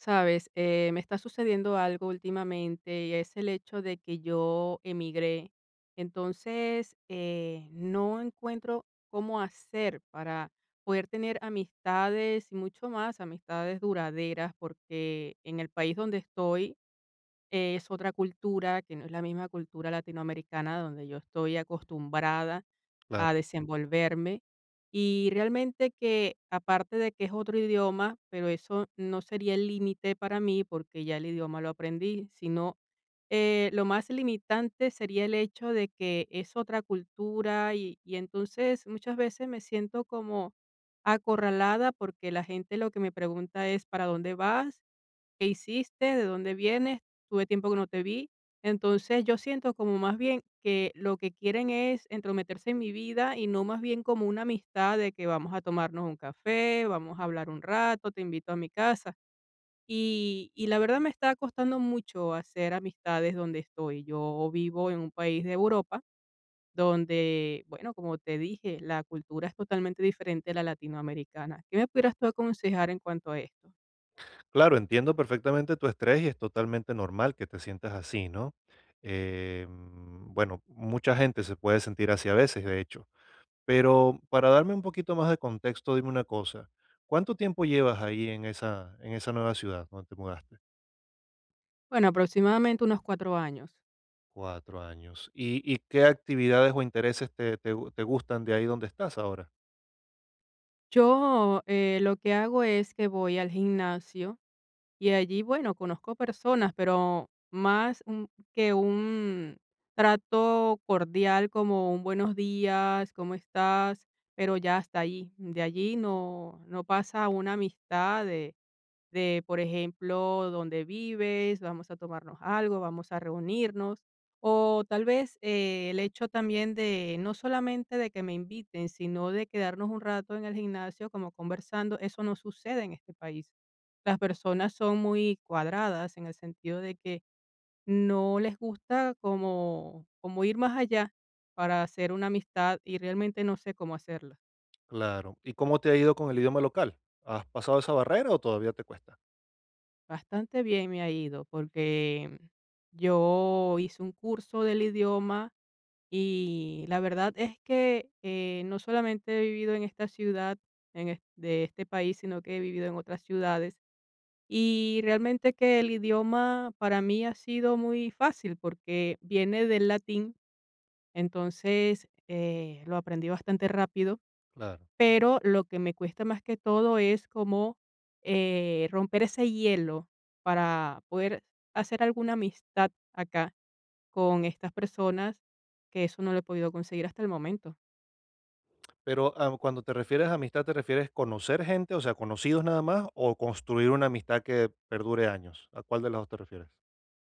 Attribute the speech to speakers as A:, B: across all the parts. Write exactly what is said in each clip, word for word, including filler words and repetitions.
A: Sabes, eh, me está sucediendo algo últimamente y es el hecho de que yo emigré. Entonces, eh, no encuentro cómo hacer para poder tener amistades y mucho más amistades duraderas, porque en el país donde estoy eh, es otra cultura que no es la misma cultura latinoamericana donde yo estoy acostumbrada
B: Claro,
A: a desenvolverme. Y realmente que aparte de que es otro idioma, pero eso no sería el límite para mí porque ya el idioma lo aprendí, sino eh, lo más limitante sería el hecho de que es otra cultura y, y entonces muchas veces me siento como acorralada porque la gente lo que me pregunta es ¿para dónde vas?, ¿qué hiciste?, ¿de dónde vienes?, tuve tiempo que no te vi. Entonces, yo siento como más bien que lo que quieren es entrometerse en mi vida y no más bien como una amistad de que vamos a tomarnos un café, vamos a hablar un rato, te invito a mi casa. Y, y la verdad me está costando mucho hacer amistades donde estoy. Yo vivo en un país de Europa donde, bueno, como te dije, la cultura es totalmente diferente a la latinoamericana. ¿Qué me pudieras tú aconsejar en cuanto a esto?
B: claro, entiendo perfectamente tu estrés y es totalmente normal que te sientas así, ¿no? Eh, mm, bueno, mucha gente se puede sentir así a veces, de hecho. Pero para darme un poquito más de contexto, dime una cosa. ¿Cuánto tiempo llevas ahí en esa, en esa nueva ciudad donde te mudaste?
A: Bueno, aproximadamente unos cuatro años.
B: Cuatro años. ¿Y, y qué actividades o intereses te, te gu- te gustan de ahí donde estás ahora?
A: Yo, eh, lo que hago es que voy al gimnasio y allí, bueno, conozco personas, pero más un- que un trato cordial como un buenos días, ¿cómo estás? Pero ya hasta allí. De allí no, no pasa una amistad de, por ejemplo, dónde vives, vamos a tomarnos algo, vamos a reunirnos, o tal vez eh, el hecho también de no solamente de que me inviten, sino de quedarnos un rato en el gimnasio como conversando, eso no sucede en este país. Las personas son muy cuadradas en el sentido de que no les gusta como, como ir más allá para hacer una amistad y realmente no sé cómo hacerla.
B: Claro. ¿Y cómo te ha ido con el idioma local? ¿Has pasado esa barrera o todavía te cuesta?
A: Bastante bien me ha ido porque yo hice un curso del idioma y la verdad es que eh, no solamente he vivido en esta ciudad, en es- de este país, sino que he vivido en otras ciudades. Y realmente que el idioma para mí ha sido muy fácil porque viene del latín, entonces eh, lo aprendí bastante rápido,
B: Claro.
A: pero lo que me cuesta más que todo es como, eh, romper ese hielo para poder hacer alguna amistad acá con estas personas, que eso no lo he podido conseguir hasta el momento.
B: Pero, ah, cuando te refieres a amistad, ¿te refieres conocer gente, o sea, conocidos nada más, o construir una amistad que perdure años? ¿A cuál de las dos te refieres?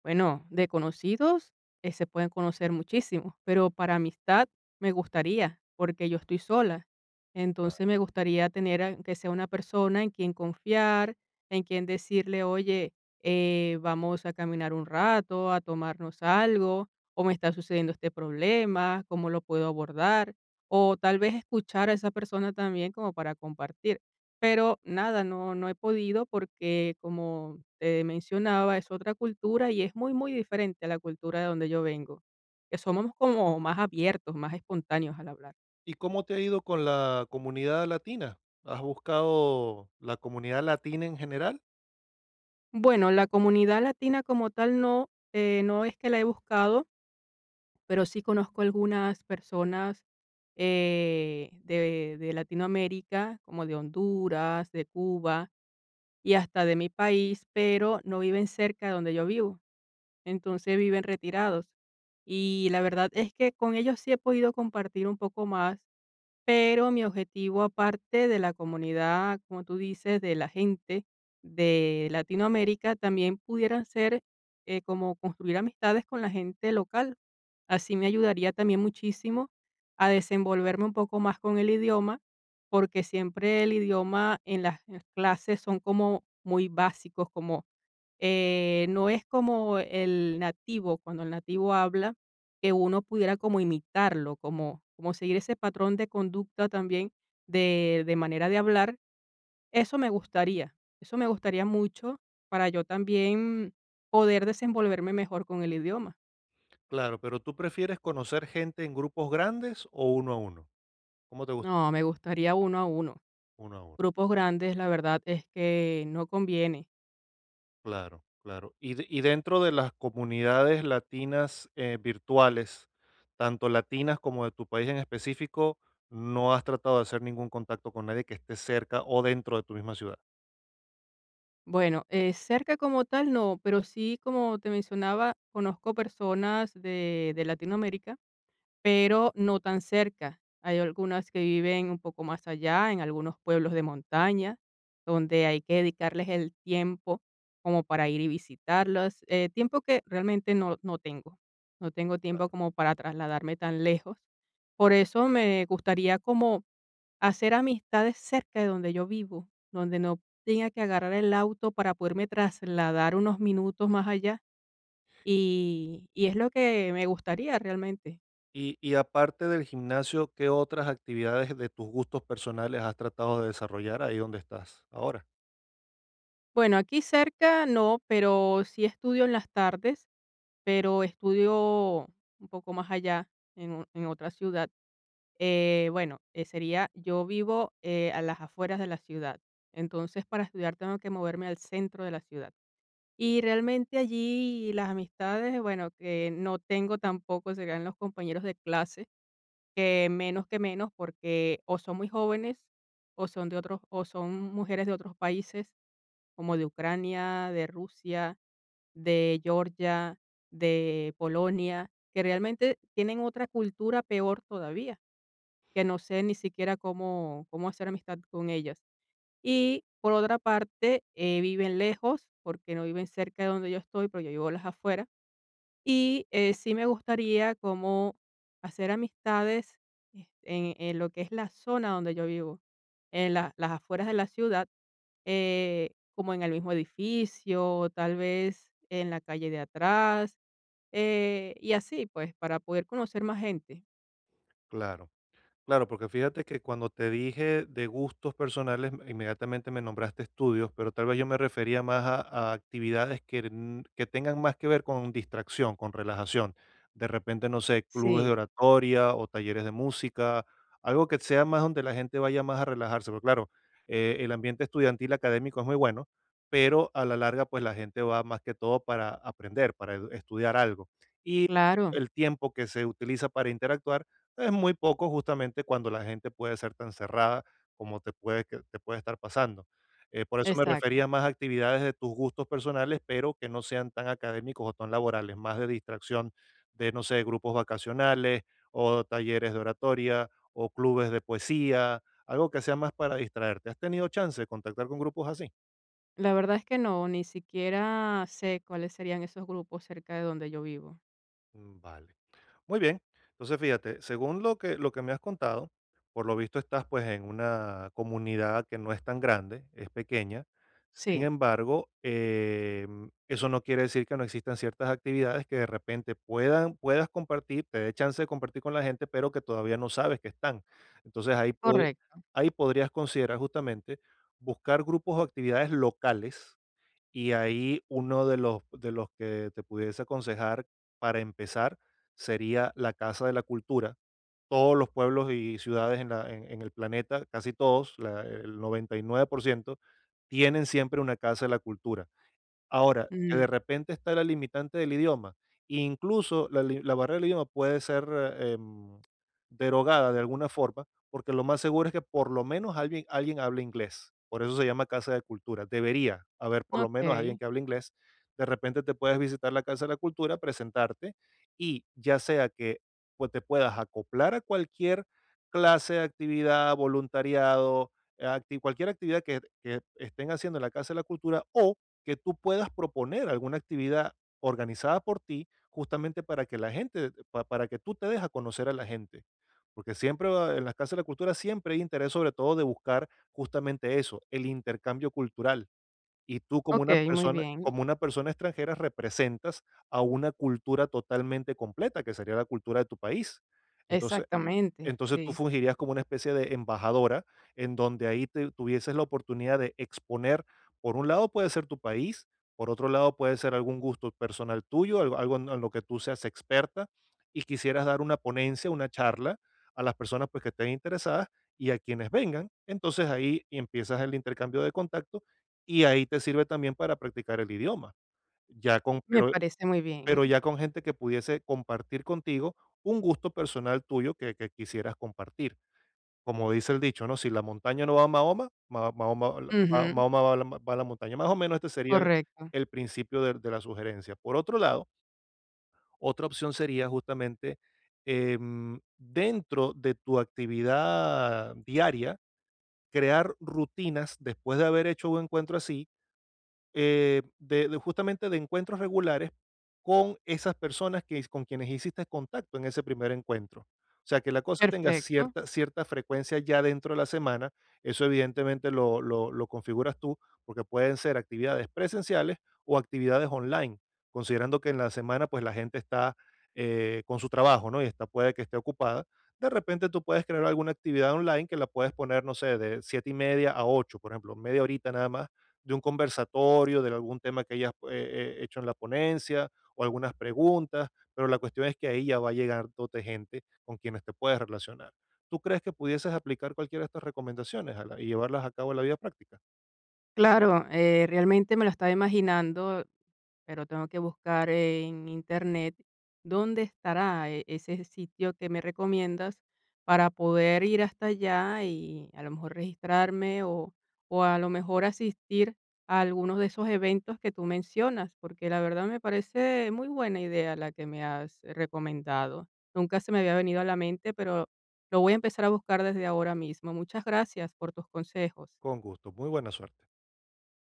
A: Bueno, de conocidos eh, se pueden conocer muchísimos, pero para amistad me gustaría, porque yo estoy sola.
B: Ah.
A: Entonces me gustaría tener a- que sea una persona en quien confiar, en quien decirle, oye, eh, vamos a caminar un rato, a tomarnos algo, o me está sucediendo este problema, cómo lo puedo abordar, o tal vez escuchar a esa persona también como para compartir. Pero nada, no, no he podido porque como te mencionaba, es otra cultura y es muy, muy diferente a la cultura de donde yo vengo, que somos como más abiertos, más espontáneos al hablar.
B: ¿Y cómo te ha ido con la comunidad latina? ¿Has buscado la comunidad latina en general?
A: Bueno, la comunidad latina como tal no, eh, no es que la he buscado, pero sí conozco algunas personas eh, de, de Latinoamérica, como de Honduras, de Cuba y hasta de mi país, pero no viven cerca de donde yo vivo, entonces viven retirados. Y la verdad es que con ellos sí he podido compartir un poco más. Pero mi objetivo, aparte de la comunidad, como tú dices, de la gente de Latinoamérica, también pudieran ser eh, como construir amistades con la gente local. Así me ayudaría también muchísimo a desenvolverme un poco más con el idioma, porque siempre el idioma en las en las clases son como muy básicos, como eh, no es como el nativo, cuando el nativo habla, que uno pudiera como imitarlo, como, como seguir ese patrón de conducta también de, de manera de hablar. Eso me gustaría, eso me gustaría mucho para yo también poder desenvolverme mejor con el idioma.
B: Claro, pero, ¿tú prefieres conocer gente en grupos grandes o uno a uno? ¿Cómo te gusta más?
A: No, me gustaría uno a uno.
B: Uno a uno.
A: Grupos grandes, la verdad es que no conviene.
B: Claro, claro. Y, de- y dentro de las comunidades latinas eh, virtuales, tanto latinas como de tu país en específico, no has tratado de hacer ningún contacto con nadie que esté cerca o dentro de tu misma ciudad.
A: Bueno, eh, cerca como tal no, pero sí, como te mencionaba, conozco personas de, de Latinoamérica, pero no tan cerca. Hay algunas que viven un poco más allá, en algunos pueblos de montaña, donde hay que dedicarles el tiempo como para ir y visitarlas, eh, tiempo que realmente no, no tengo. No tengo tiempo como para trasladarme tan lejos. Por eso me gustaría como hacer amistades cerca de donde yo vivo, donde no tenga que agarrar el auto para poderme trasladar unos minutos más allá. Y, y es lo que me gustaría realmente.
B: Y, y aparte del gimnasio, ¿qué otras actividades de tus gustos personales has tratado de desarrollar ahí donde estás ahora?
A: Bueno, aquí cerca no, pero sí estudio en las tardes, pero estudio un poco más allá, en, o- en otra ciudad. Eh, bueno, eh, sería, yo vivo eh, a las afueras de la ciudad, entonces para estudiar tengo que moverme al centro de la ciudad. Y realmente allí las amistades, bueno, que no tengo tampoco, serían los compañeros de clase, que menos que menos, porque o son muy jóvenes, o son de otros, o son mujeres de otros países como de Ucrania, de Rusia, de Georgia, de Polonia, que realmente tienen otra cultura peor todavía, que no sé ni siquiera cómo, cómo hacer amistad con ellas. Y por otra parte, eh, viven lejos, porque no viven cerca de donde yo estoy, pero yo vivo a las afueras y, eh, sí me gustaría como hacer amistades, eh, en en lo que es la zona donde yo vivo, en la las afueras de la ciudad, eh, como en el mismo edificio, o tal vez en la calle de atrás, eh, y así, pues, para poder conocer más gente.
B: Claro. Claro, porque fíjate que cuando te dije de gustos personales, inmediatamente me nombraste estudios, pero tal vez yo me refería más a, a actividades que, er, n- que tengan más que ver con distracción, con relajación. De repente, no sé, clubes de
A: Sí,
B: oratoria o talleres de música, algo que sea más donde la gente vaya más a relajarse. Porque claro, eh, el ambiente estudiantil académico es muy bueno, pero a la larga, pues la gente va más que todo para aprender, para edu- estudiar algo. Y
A: claro,
B: el tiempo que se utiliza para interactuar es muy poco justamente cuando la gente puede ser tan cerrada como te puede, que te puede estar pasando. Eh, por eso me
A: exacto.
B: refería más a actividades de tus gustos personales, pero que no sean tan académicos o tan laborales, más de distracción de, no sé, grupos vacacionales o talleres de oratoria o clubes de poesía, algo que sea más para distraerte. ¿Has tenido chance de contactar con grupos así?
A: La verdad es que no, ni siquiera sé cuáles serían esos grupos cerca de donde yo vivo.
B: Mm, vale. Muy bien. Entonces, fíjate, según lo que, lo que me has contado, por lo visto estás pues en una comunidad que no es tan grande, es pequeña. Sin
A: Sí,
B: embargo, em, eso no quiere decir que no existan ciertas actividades que de repente puedan, puedas compartir, te dé chance de compartir con la gente, pero que todavía no sabes que están. Entonces ahí, pod-
A: correcto.
B: ahí podrías considerar justamente buscar grupos o actividades locales y ahí uno de los de los que te pudiese aconsejar para empezar sería la Casa de la Cultura. Todos los pueblos y ciudades en la en en el planeta, casi todos, la el noventa y nueve por ciento tienen siempre una Casa de la Cultura. Ahora, que de
A: Mm.
B: repente está la limitante del idioma, incluso la li la barrera del idioma puede ser, eh, em, derogada de alguna forma, porque lo más seguro es que por lo menos alguien alguien hable inglés. Por eso se llama Casa de Cultura. Debería haber por lo menos alguien
A: Okey,
B: que hable inglés. De repente te puedes visitar la Casa de la Cultura, presentarte y ya sea que, pues, te puedas acoplar a cualquier clase de actividad, voluntariado, acti cualquier actividad que que estén haciendo en la Casa de la Cultura o que tú puedas proponer alguna actividad organizada por ti, justamente para que la gente, pa- para que tú te dejes a conocer a la gente. Porque siempre va- en las casas de la cultura siempre hay interés sobre todo de buscar justamente eso, el intercambio cultural. Y tú como una
A: okey, muy
B: persona,
A: bien.
B: como una persona extranjera representas a una cultura totalmente completa, que sería la cultura de tu país. Entonces,
A: Exactamente,
B: entonces tú
A: sí,
B: fungirías como una especie de embajadora, en donde ahí te tuvieses la oportunidad de exponer, por un lado puede ser tu país, por otro lado puede ser algún gusto personal tuyo, algo, algo en, en lo que tú seas experta y quisieras dar una ponencia, una charla a las personas pues que estén interesadas y a quienes vengan. Entonces ahí empiezas el intercambio de contacto y ahí te sirve también para practicar el idioma. Ya con,
A: me
B: pero
A: parece muy
B: pero
A: bien.
B: ya con gente que pudiese compartir contigo un gusto personal tuyo que, que quisieras compartir. Como dice el dicho, ¿no? Si la montaña no va a Mahoma, Ma- Mahoma, la- Ma-
A: Ujú,
B: Mahoma va, a la, va a la montaña. Más o menos este sería el,
A: correcto,
B: el principio de, de la sugerencia. Por otro lado, otra opción sería justamente em, dentro de tu actividad diaria, crear rutinas después de haber hecho un encuentro así eh, de, de justamente de encuentros regulares con esas personas que, con quienes hiciste contacto en ese primer encuentro. O sea, que la cosa tenga
A: perfecto.
B: cierta, cierta frecuencia ya dentro de la semana, eso evidentemente lo, lo, lo configuras tú, porque pueden ser actividades presenciales o actividades online, considerando que en la semana pues la gente está eh, con su trabajo, ¿no? Y está, puede que esté ocupada. De repente tú puedes crear alguna actividad online que la puedes poner, no sé, de siete y media a ocho por ejemplo, media horita nada más de un conversatorio, de algún tema que hayas eh, eh, hecho en la ponencia o algunas preguntas, pero la cuestión es que ahí ya va llegándote gente con quienes te puedes relacionar. ¿Tú crees que pudieses aplicar cualquiera de estas recomendaciones, Alan, y llevarlas a cabo en la vida práctica?
A: Claro, eh, realmente me lo estaba imaginando, pero tengo que buscar en internet dónde estará e- ese sitio que me recomiendas para poder ir hasta allá y a lo mejor registrarme o, o a lo mejor asistir a algunos de esos eventos que tú mencionas, porque la verdad me parece muy buena idea la que me has recomendado. Nunca se me había venido a la mente, pero lo voy a empezar a buscar desde ahora mismo. Muchas gracias por tus consejos.
B: Con gusto, muy buena suerte.